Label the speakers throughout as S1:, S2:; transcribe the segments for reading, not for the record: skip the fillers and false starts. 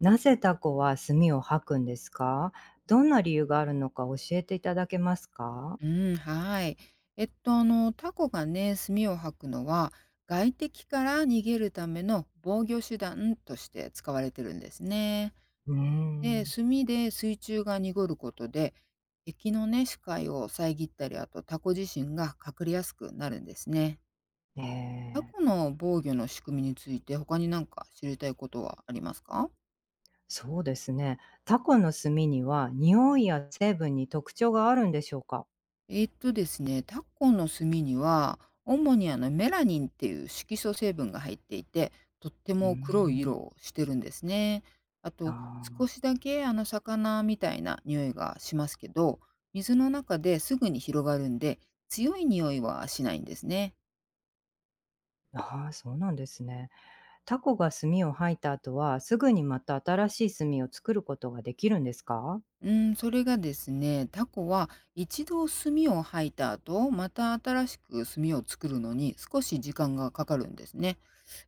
S1: なぜタコは墨を吐くんですか？どんな理由があるのか教えていただけますか？
S2: うん、はい。タコがね、墨を吐くのは、外敵から逃げるための防御手段として使われてるんですね。
S1: うー
S2: で、
S1: ん、
S2: 墨で水中が濁ることで、敵のね、視界を遮ったり、あとタコ自身が隠れやすくなるんですね。
S1: え
S2: タ
S1: え、
S2: コの防御の仕組みについて、他になんか知りたいことはありますか？
S1: そうですね。タコの墨には匂いや成分に特徴があるんでしょうか？
S2: えーっとですね、タコの炭には、主にメラニンっていう色素成分が入っていて、とって
S1: うー
S2: も黒い色
S1: ん、
S2: をしてるんですね。あと、少
S1: あ
S2: しだけ魚みたいな匂いがしますけど、水の中ですぐに広がるんで、強い匂いはしないんですね。
S1: あ、ああ、そうなんですね。タコが墨を吐いた後は、すぐにまた新しい墨を作ることができるんですか？
S2: うん、それがですね、タコは一度炭を吐いた後、また新しく炭を作るのに少し時間がかかるんですね。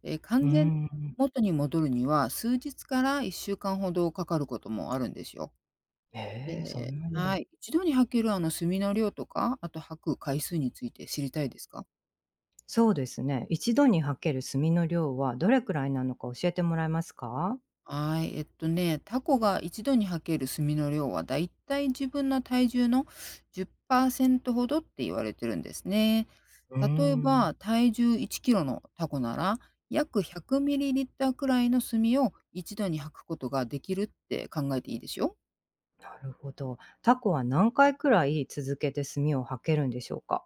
S1: うー
S2: 完全に
S1: ん、
S2: 元に戻るには、数日から1週間ほどかかることもあるんですよ。
S1: ええ、そ
S2: で
S1: んな
S2: は
S1: に。
S2: い。一度に履ける墨の量とか、あと履く回数について知りたいですか？
S1: そうですね。一度にはける炭の量はどれくらいなのか教えてもらえますか。
S2: はい。えっとね、タコが一度に履ける墨の量はだいたい自分の体重の10%ほどって言われてるんですね。
S1: うー
S2: 例え
S1: ん、
S2: ば、体重1キロのタコなら、約100ミリリッターくらいの墨を一度に履くことができるって考えていいですよ。
S1: なるほど。タコは何回くらい続けて炭をはけるんでしょうか。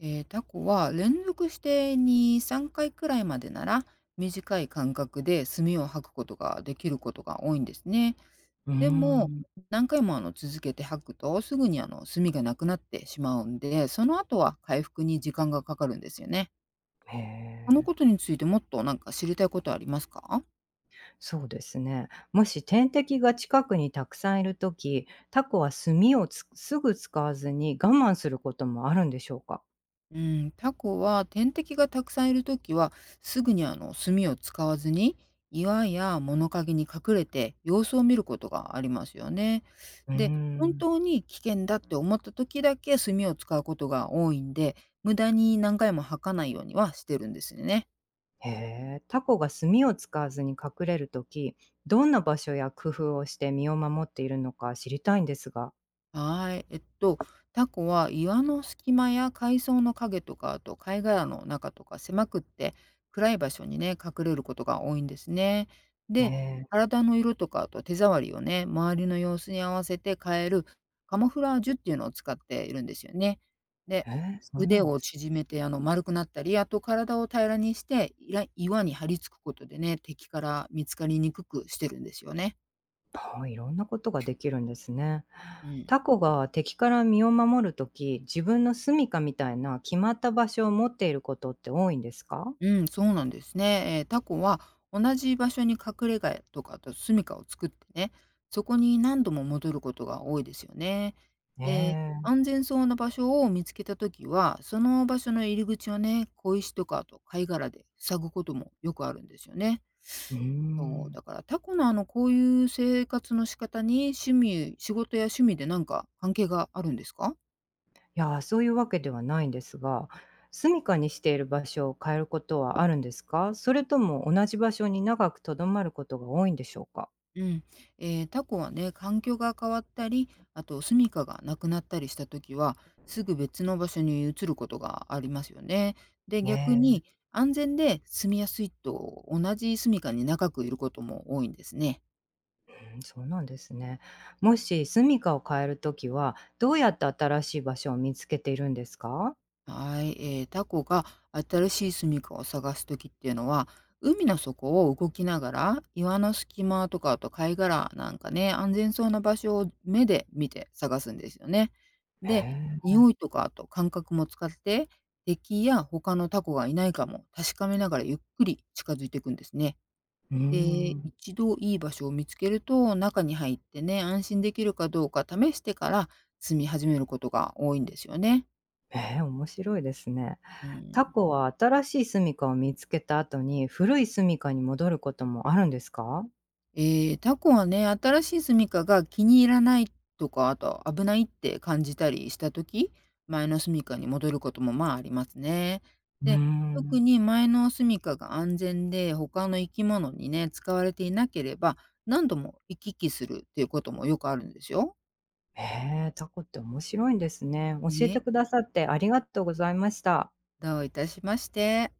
S2: タコは連続して2、3回くらいまでなら短い間隔で炭を吐くことができることが多いんですね。
S1: うー
S2: でも
S1: ん、
S2: 何回も続けて吐くとすぐに炭がなくなってしまうんで、その後は回復に時間がかかるんですよね。
S1: へ
S2: この
S1: え、
S2: ことについてもっとなんか知りたいことありますか？
S1: そうですね。もし天敵が近くにたくさんいるとき、タコは炭をつすぐ使わずに我慢することもあるんでしょうか。
S2: うん、タコは天敵がたくさんいるときはすぐに炭を使わずに岩や物陰に隠れて様子を見ることがありますよね。
S1: うー
S2: で本
S1: ん。
S2: 当に危険だって思った時だけ炭を使うことが多いんで無駄に何回も吐かないようにはしてるんですよね。
S1: へえ、タコが墨を使わずに隠れるとき、どんな場所や工夫をして身を守っているのか知りたいんですが。
S2: はい。タコは岩の隙間や海藻の影とか、あと貝殻の中とか狭くって暗い場所にね、隠れることが多いんですね。で、
S1: ね、
S2: 体の色とか、あと手触りをね、周りの様子に合わせて変えるカモフラージュっていうのを使っているんですよね。で、
S1: ええー、そうな
S2: 腕
S1: んで
S2: を
S1: す。
S2: 縮めて丸くなったり、あと体を平らにして、いら岩に張り付くことでね、敵から見つかりにくくしてるんですよね。
S1: はい、いろんなことができるんですね。
S2: うん。
S1: タコが敵から身を守るとき、自分の住処みたいな決まった場所を持っていることって多いんですか？
S2: うん、そうなんですね。タコは同じ場所に隠れ家とかあと住処を作ってね、そこに何度も戻ることが多いですよね。
S1: え
S2: で、
S1: え、
S2: 安全そうな場所を見つけたときは、その場所の入り口をね、小石とかあと貝殻で塞ぐこともよくあるんですよね。
S1: うー
S2: そう、
S1: ん。
S2: だからタコのこういう生活の仕方に趣味、仕事や趣味でなんか関係があるんですか？
S1: いやー、そういうわけではないんですが、住処にしている場所を変えることはあるんですか？それとも同じ場所に長くとどまることが多いんでしょうか？
S2: うん、タコはね、環境が変わったり、あと住処がなくなったりした時は、すぐ別の場所に移ることがありますよね。で、逆
S1: ね
S2: に安全で住みやすいと同じ住処に長くいることも多いんですね。
S1: え、うん、そうなんですね。もし住処を変えるときは、どうやって新しい場所を見つけているんですか？
S2: はい、タコが新しい住処を探す時っていうのは、海の底を動きながら、岩の隙間とか、あと貝殻なんかね、安全そうな場所を目で見て探すんですよね。
S1: へ
S2: で、
S1: え、
S2: 匂いとか、あと感覚も使って、敵や他のタコがいないかも確かめながらゆっくり近づいていくんですね。
S1: うー
S2: で、
S1: ん。
S2: 一度いい場所を見つけると、中に入ってね、安心できるかどうか試してから住み始めることが多いんですよね。
S1: ええ、面白いですね。
S2: う
S1: タ
S2: ん。
S1: コは新しい住処を見つけた後に、古い住処に戻ることもあるんですか？
S2: ええ、タコはね、新しい住処が気に入らないとか、あと危ないって感じたりした時、前の住処に戻ることも、まあ、ありますね。
S1: うー
S2: で、特
S1: ん。
S2: に前の住処が安全で、他の生き物にね、使われていなければ、何度も行き来するっていうこともよくあるんですよ。
S1: へえ、タコって面白いんですね。教えて
S2: ね。
S1: くださってありがとうございました。
S2: どういたしまして。